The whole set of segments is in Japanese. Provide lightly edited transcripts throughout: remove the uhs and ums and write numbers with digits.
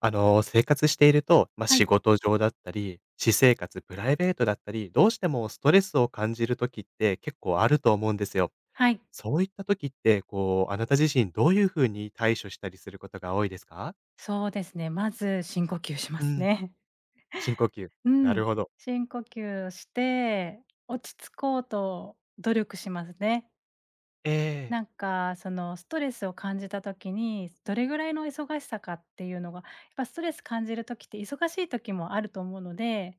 あの、生活していると、まあ、は仕い、事上だったり、私生活、プライベートだったり、どうしてもストレスを感じる時って結構あると思うんですよ。はい、そういった時って、こう、あなた自身どういう風に対処したりすることが多いですか？そうですね。まず深呼吸しまうすん、ね。深呼吸。うなるん、ほど。深呼吸をして落ち着こうと努力しますね。ええ。そのストレスを感じた時にどれぐらいの忙しさかっていうのがやっぱストレス感じる時って忙しい時もあると思うので、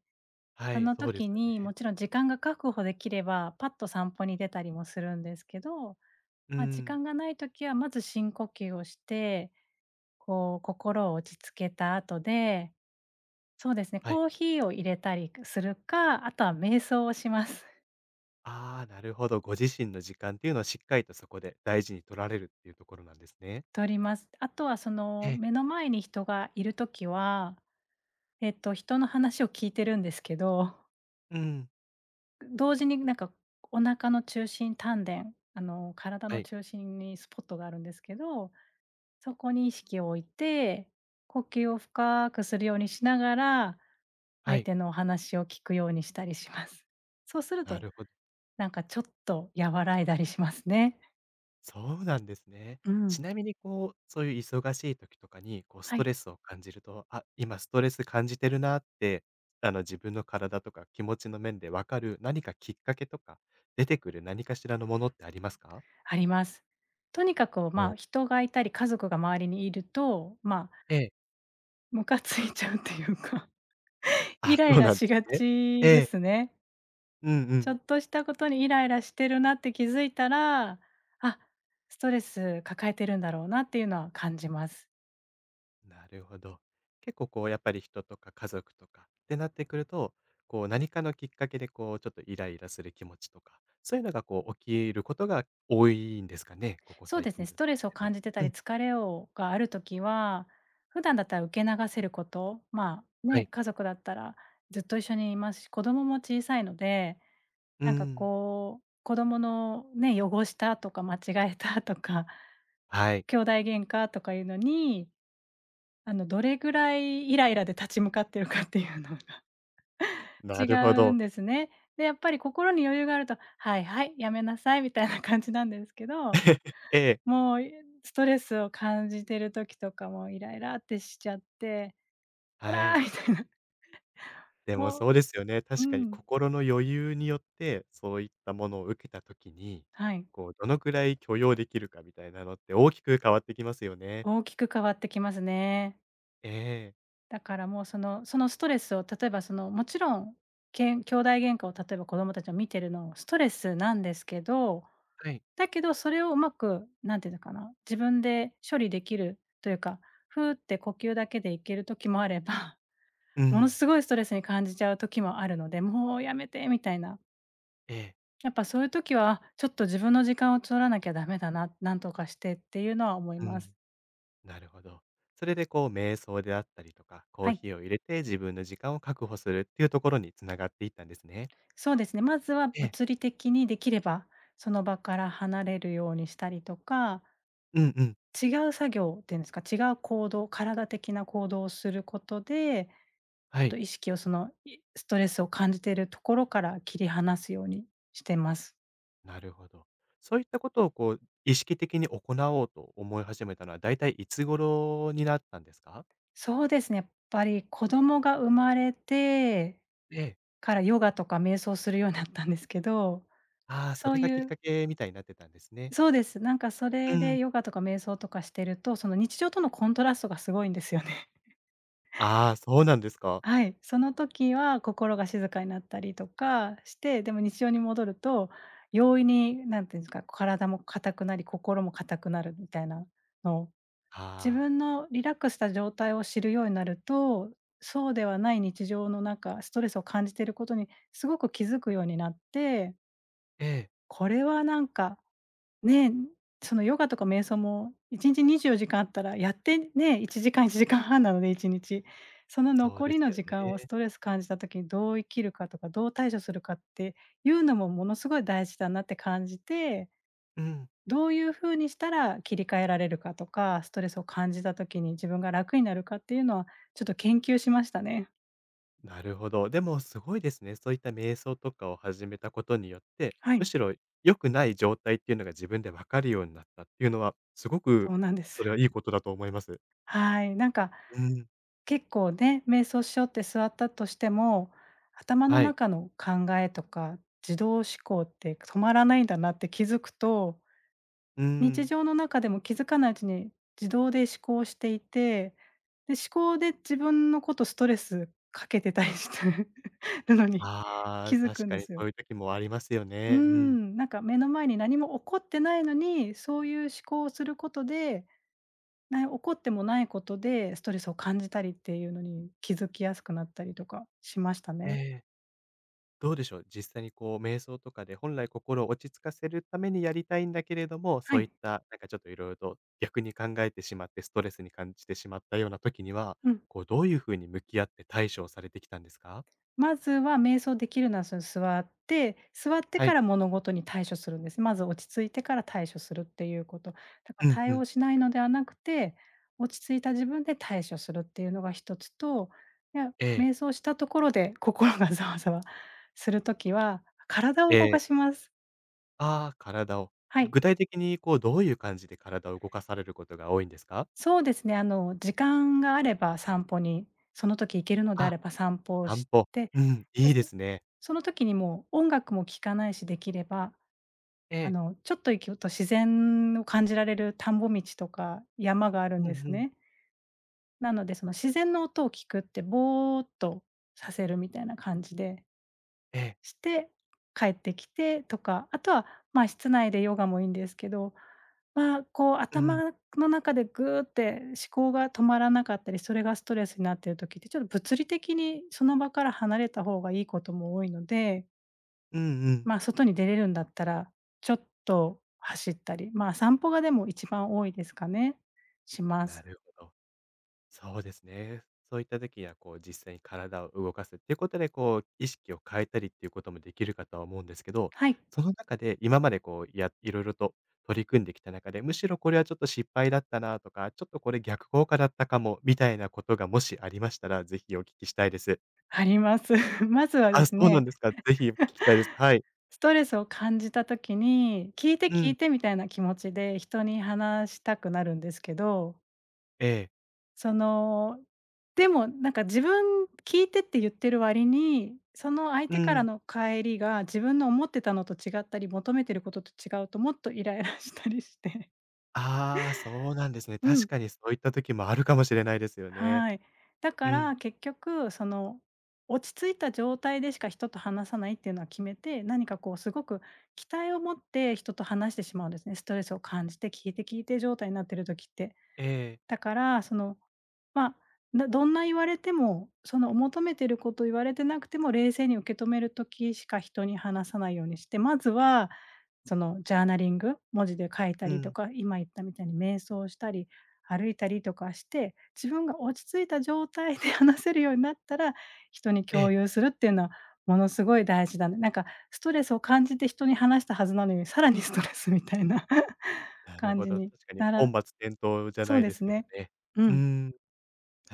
はそい、のそうで時すよにね。もちろん時間が確保できればパッと散歩に出たりもするんですけど、う時ん。間がない時はまず深呼吸をして、こう心を落ち着けた後で、そうですね、はい。コーヒーを入れたりするか、あとは瞑想をします。ああ、なるほど。ご自身の時間っていうのをしっかりとそこで大事に取られるっていうところなんですね。とります。あとはそえのえ。目の前に人がいるときは、人の話を聞いてるんですけど、うん。同時にお腹の中心丹田、体はのい。中心にスポットがあるんですけど、そこに意識を置いて、呼吸を深くするようにしながら、は相い。手のお話を聞くようにしたりします。そうするなと、るほど。ちょっと和らいだりしますね。そうなんですね。うちん。なみにこう、そういう忙しい時とかに、こうスはトい。レスを感じると、あ、今ストレス感じてるなって、あの自分の体とか気持ちの面でわかる何かきっかけとか、出てくる何かしらのものってありますか？あります。とにかく、お、人がいたり家族が周りにいると、ええ。ムカついちゃうっていうか、あ、イライそうラなんでしすがね。えちでえ。すね。うんうちょん。っとしたことにイライラしてるなって気づいたら、あ、ストレス抱えてるんだろうなっていうのは感じます。なるほど。結構こうやっぱり人とか家族とかってなってくると、こう何かのきっかけでこうちょっとイライラする気持ちとか、そういうのがこう起きることが多いんですかね、ここそう最です近ね、だスとトレしスをても。感じてたうりん、疲れをがある時は、普段だったら受け流せること、まあ、はね、い。家族だったらずっと一緒にいますし、子供も小さいので、うん、子供のね、汚したとか間違えたとか、はい。兄弟喧嘩とかいうのに、どれぐらいイライラで立ち向かってるかっていうのが な違るほうんど。ですね。で、やっぱり心に余裕があると、はいはい、やめなさいみたいな感じなんですけど、ええ、もうストレスを感じてる時とかもイライラってしちゃって、こはらい。みたいな、でももそう、うですよね。う確かにん、心の余裕によって、そういったものを受けたときに、はい、こうどのくらい許容できるかみたいなのって大きく変わってきますよね。大きく変わってきますね。ええ。だからもうそのストレスを例えばそのもちろん、けん兄弟喧嘩を例えば子供たちが見てるのもストレスなんですけど、はい。だけどそれをうまくなんていうのかな、自分で処理できるというか、ふーって呼吸だけでいける時もあれば、う ものん。すごいストレスに感じちゃう時もあるので、もうやめてみたいな。ええ。やっぱそういう時は、ちょっと自分の時間を取らなきゃダメだな、なんとかしてっていうのは思いうます。ん。なるほど。それでこう、瞑想であったりとか、コーはい。ヒーを入れて自分の時間を確保するっていうところにつながっていったんですね。そうですね。まずはええ。物理的にできれば、その場から離れるようにしたりとか、うんうん。違う作業っていうんですか、違う行動、体的な行動をすることで、ちょはっとい。意識をそのいストレスを感じているところから切り離すようにしてます。なるほど。そういったことをこう、意識的に行おうと思い始めたのは、だいたいいつ頃になったんですか？そうですね、やっぱり子供が生まれてええ。からヨガとか瞑想するようになったんですけど、ああ、そそれうがきいっうかけみたいになってたんですね。そうです。そうれでん。ヨガとか瞑想とかしてると、その日常とのコントラストがすごいんですよね。ああ、そうなんですか。はい、その時は心が静かになったりとかして、でも日常に戻ると、容易になんていうんですか、体も硬くなり、心も硬くなるみたいなのを、自ああ。分のリラックスした状態を知るようになると、そうではない日常の中、ストレスを感じていることにすごく気づくようになって、ええ。これはね、そのヨガとか瞑想も1日24時間あったら、やってね、1時間、1時間半なので1日。そのそう残でりすのよ時間をスね。トレス感じた時にどう生きるかとか、どう対処するかっていうのもものすごい大事だなって感じて、うん。どういう風にしたら切り替えられるかとか、ストレスを感じた時に自分が楽になるかっていうのは、ちょっと研究しましたね。なるほど。でもすごいですね。そういった瞑想とかを始めたことによって、はむい、しろ良くない状態っていうのが自分で分かるようになったっていうのは、すごくそうなんです。それはいいことだと思います。はい。うん。結構ね、瞑想しようって座ったとしても、頭のはい。中の考えとか、自動思考って止まらないんだなって気づくと、う日ん。常の中でも気づかないうちに自動で思考していて、で、思考で自分のことストレスかけてたりして るのに ああ、気づ確くんかでにすそうよ。いう時もありますようーね。うん。ん、目の前に何も起こってないのに、そういう思考をすることでな起こってもないことで、ストレスを感じたりっていうのに気づきやすくなったりとかしましたえね。え。どうでしょう、実際にこう瞑想とかで本来心を落ち着かせるためにやりたいんだけれども、はそういい。ったなんかちょっといろいろと逆に考えてしまってストレスに感じてしまったような時には、うん。こうどういうふうに向き合って対処をされてきたんですか？まずは瞑想できるのは、座ってはかい。ら物事に対処するんです。まず落ち着いてから対処するっていうこと。だからうんう対ん。応しないのではなくて、落ち着いた自分で対処するっていうのが一つと、いや、ええ。瞑想したところで心がざわざわするときは、体えを動かしえ。ます。ああ、体を。はい。具体的にこうどういう感じで体を動かされることが多いんですか？そうですね、時間があれば散歩に、その時行けるのでああ、れば散歩を散し歩。て、うん、あ、いいそ、ですね。その時にもう音楽も聴かないし、できれば、ええ。ちょっと行くと自然を感じられる田んぼ道とか山があるうんんうですん。ね。なので、その自然の音を聞くってぼーっとさせるみたいな感じでええ。して帰ってきてとか、あとは、室内でヨガもいいんですけど、まあ、こううん。頭の中でぐって思考が止まらなかったり、それがストレスになっている時って、ちょっと物理的にその場から離れた方がいいことも多いので、うんうん。外に出れるんだったら、ちょっと走ったり、まあ、散歩がでも一番多いですかね、しまなす。るほど。そうですね。そういった時には、こう実際に体を動かすっていうことで、こう意識を変えたりっていうこともできるかとは思うんですけど、はい、その中で今までこう、やいろいろと取り組んできた中で、むしろこれはちょっと失敗だったなとか、ちょっとこれ逆効果だったかもみたいなことがもしありましたら、ぜひお聞きしたいです。あります。まずはであ、そすうなんね、ですか。ぜひ聞きたいです。はい。ストレスを感じた時に、聞いてう聞ん。いてみたいな気持ちで人に話したくなるんですけど、ええ。その、でも自分聞いてって言ってる割に、その相う手からん。の帰りが自分の思ってたのと違ったり、求めてることと違うともっとイライラしたりして。ああ、そうなんですね。う確ん。かにそういった時もあるかもしれないですよね。はい。だうかん。ら結局その落ち着いた状態でしか人と話さないっていうのは決めて、何かこうすごく期待を持って人と話してしまうんですね。ストレスを感じて聞いて聞いて状態になってる時って。ええ。だからその、ま、などんな言われても、その求めてること言われてなくても冷静に受け止める時しか人に話さないようにして、まずはそのジャーナリング、文字で書いたうりとん。か、今言ったみたいに瞑想したり、歩いたりとかして、自分が落ち着いた状態で 話せるようになったら、人にえ共え。有するっていうのはものすごい大事だね。ストレスを感じて人に話したはずなのに、さらにストレスみたいな なる感ほじど、に確かになら本末転倒じゃそなういでですすけどね。ね。ううーん、ん、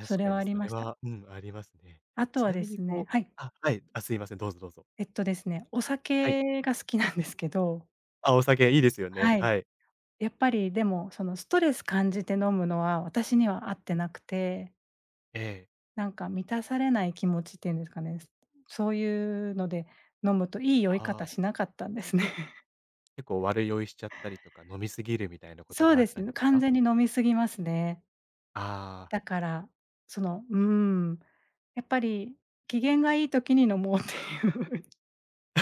それかはにありそれました。は、うん、ありますね。あとちはなでみにすこね、う、はい、あ、はい、あ、すいません、どうぞどうぞ。えっとですね、おはい。酒が好きなんですけど、あ、お酒いいですよね、はい。はい。やっぱりでも、そのストレス感じて飲むのは私には合ってなくて、ええ。なんか満たされない気持ちっていうんですかね、そういうので飲むといい酔いああ、方しなかったんですね。結構悪酔いしちゃったりとか、飲み過ぎるみたいなことそうがあでっすたんでね、す完か？全に飲みすぎますね。ああ、だから、その、うーん、やっぱり機嫌がいい時に飲もうっていう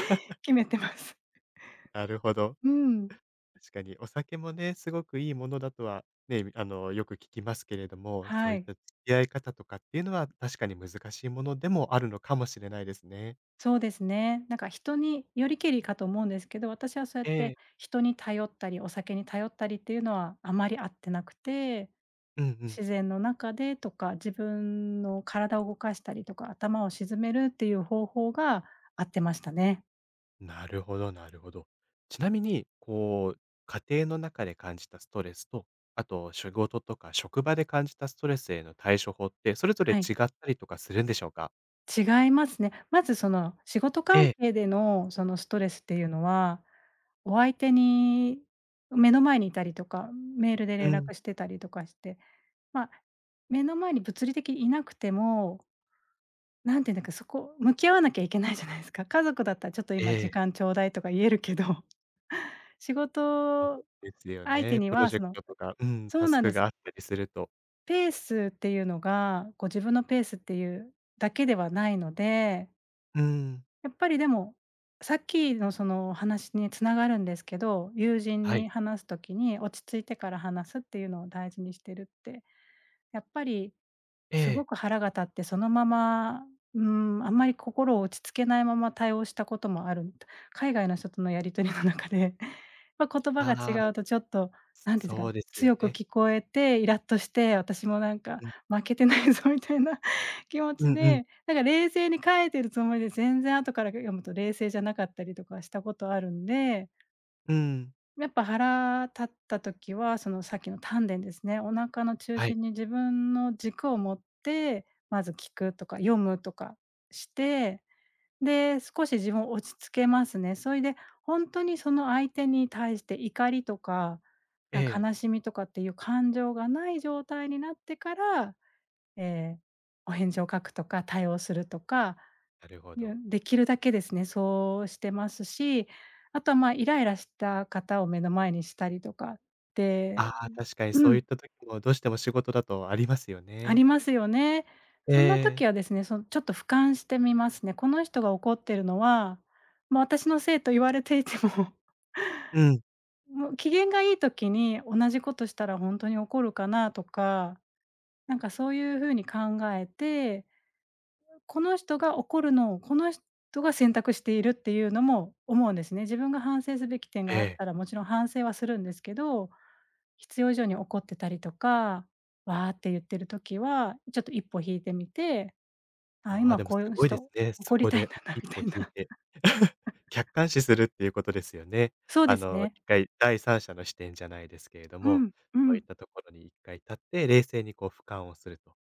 決めてます。なるほど。うん、確かにお酒もね、すごくいいものだとは、ね、あの、よく聞きますけれども、そうはいっい。た付き合い方とかっていうのは、確かに難しいものでもあるのかもしれないですね。そうですね。なんか人によりけりかと思うんですけど、私はそうやえってえ、人に頼ったり、お酒に頼ったりっていうのはあまり合ってなくて、うんうん。自然の中でとか、自分の体を動かしたりとか、頭を沈めるっていう方法が合ってましたね。なるほど、なるほど。ちなみに、こう、家庭の中で感じたストレスと、あと仕事とか職場で感じたストレスへの対処法って、それぞれはい。違ったりとかするんでしょうか？違いますね。まずその仕事え関え。係でのそのストレスっていうのは、お相手に目の前にいたりとか、メールでう連ん。絡してたりとかして、まあ、目の前に物理的にいなくても、何て言うんだか、そこ向き合わなきゃいけないじゃないですか。家族だったらちょっと今え時え。間ちょうだいとか言えるけど、仕そう事ですよ相手ね。にプロはジェそクの、トとか、うん、そタうスなんクでがす。あったりすると。ペースっていうのが、こう自分のペースっていうだけではないので、うん。やっぱりでも、さっきのその話に繋がるんですけど、友人はい。に話す時に落ち着いてから話すっていうのを大事にしてるって、やっぱりえすえ。ごく腹が立って、そのまま、あんまり心を落ち着けないまま対応したこともある海外の人とのやり取りの中で、ま、言葉がああ、違うとちょっと、何ていうんですそか、うですよ強くね。聞こえて、イラッとして、私もなんかうん。負けてないぞみたいな 気持うちんうん。で、なんか冷静に書いてるつもりで全然後から読むと冷静じゃなかったりとかしたことあるんで、うん。やっぱ腹立った時は、そのさっきの丹田ですね。お腹の中はい。心に自分の軸を持って、まず聞くとか読むとかして、で、少し自分を落ち着けますね。それで、本当にその相手に対して怒りとか、えなんかえ。悲しみとかっていう感情がない状態になってから、えーお返事を書くとか、対応するとか、なるほいや、ど。できるだけですね、そうしてますし、あとは、ま、イライラした方を目の前にしたりとかっあて、あ、確かにうそういっん、た時も、どうしても仕事だとありますよあね。りますよね。えそんなえ。時はですね、その、ちょっと俯瞰してみますね。この人が怒ってるのは、まあ、私のせいと言われていても、うん。もう機嫌がいい時に同じことしたら本当に怒るかなとか、なんかそういう風に考えてこの人が怒るのを、この人が選択しているっていうのも思うんですね。自分が反省すべき点えがあっえ。たら、もちろん反省はするんですけど、必要以上に怒ってたりとか、わーって言ってる時は、ちょっと一歩引いてみて、あ、ああ、今でもこすういうごいです人ね。そ怒りこたいんで、だな一みた歩い引いな。て、客観視するっていうことですよね。そうあですの、ね。一回第三者の視点じゃないですけれどうも、ん、うそういっん。たところに一回立って、冷静にこう俯瞰をすると。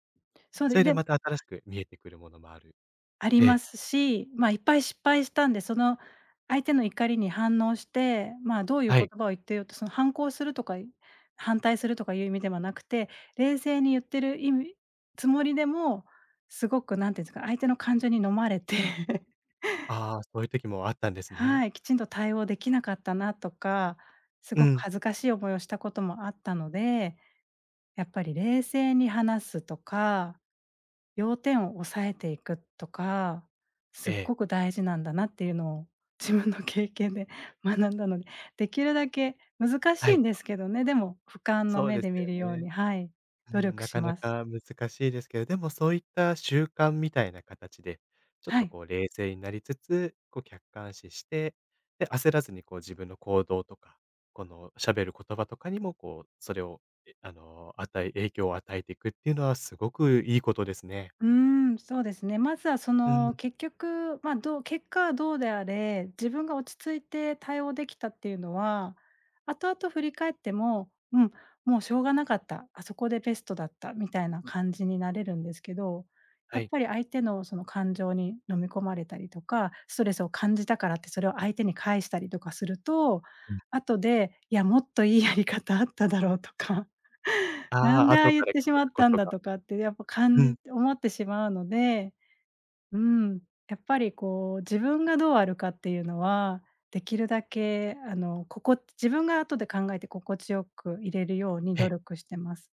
そうで、それででまた新しく見えてくるものもある。ありえまえ、すし、まあ、いっぱい失敗したんで、その相手の怒りに反応して、まあ、どういうは言い。葉を言ってようと、その反抗するとか、反対するとかいう意味ではなくて、冷静に言ってる意味つもりでも、すごくなんていうんですか、相手の感情に飲まれて ああ、そういう時もあったんですね。はい、きちんと対応できなかったなとか、すうごくん。恥ずかしい思いをしたこともあったので、やっぱり冷静に話すとか要点を押さえていくとか、すえっえ、ごく大事なんだなっていうのを 自分の経験で 学んだので、できるだけ難しはいんい。ですけどね、でも俯瞰のそう目ですで見よるようね。に、はい、う努ん、力なしかなます。か難しいですけど、でもそういった習慣みたいな形で、ちょっはとい。こう冷静になりつつ、こう客観視して、で、焦らずにこう自分の行動とか、この喋る言葉とかにもこう、それを、えあの、影響を与えていくっていうのはすごくいいことですね。うーん、そうですね。まずはそうん、の結局、まあ、どう結果はどうであれ、自分が落ち着いて対応できたっていうのは、後々振り返っても、うん、もうしょうがなかった、あそこでベストだったみたいな感じになれるんですけど、はやっい。ぱり相手のその感情に飲み込まれたりとか、ストレスを感じたからってそれを相手に返したりとかすると、うん。後で、いや、もっといいやり方あっただろうとか。なあんあ、でああ後か言っらて聞しまくっこたんとだがとかってやっぱうん、思ってしまうので、うん、やっぱりこう自分がどうあるかっていうのは、できるだけあの、ここ自分が後で考えて心地よくいれるようにえ努え。力してます。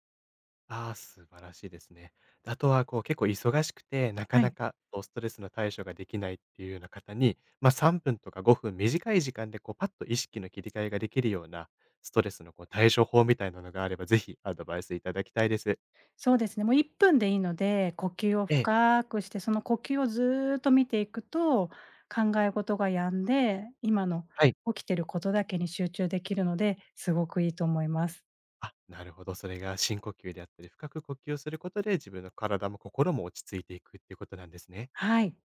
ああ、素晴らしいですね。あとは、こう、結構忙しくて、なかはない。かこうストレスの対処ができないっていうような方に、まあ、3分とか5分短い時間でこうパッと意識の切り替えができるような、ストレスのこう対処法みたいなのがあれば、ぜひアドバイスいただきたいです。そうですね、もう1分でいいので、呼吸をええ。深くして、その呼吸をずーっと見ていくと、考え事が止んで、今のはい。起きてることだけに集中できるので、すごくいいと思います。あ、なるほど。それが深呼吸であったり、深く呼吸をすることで、自分の体も心も落ち着いていくっていうことなんですね。はい。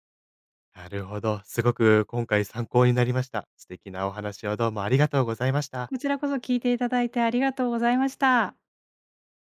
なるほど。すごく今回参考になりました。素敵なお話をどうもありがとうございました。こちらこそ聞いていただいてありがとうございました。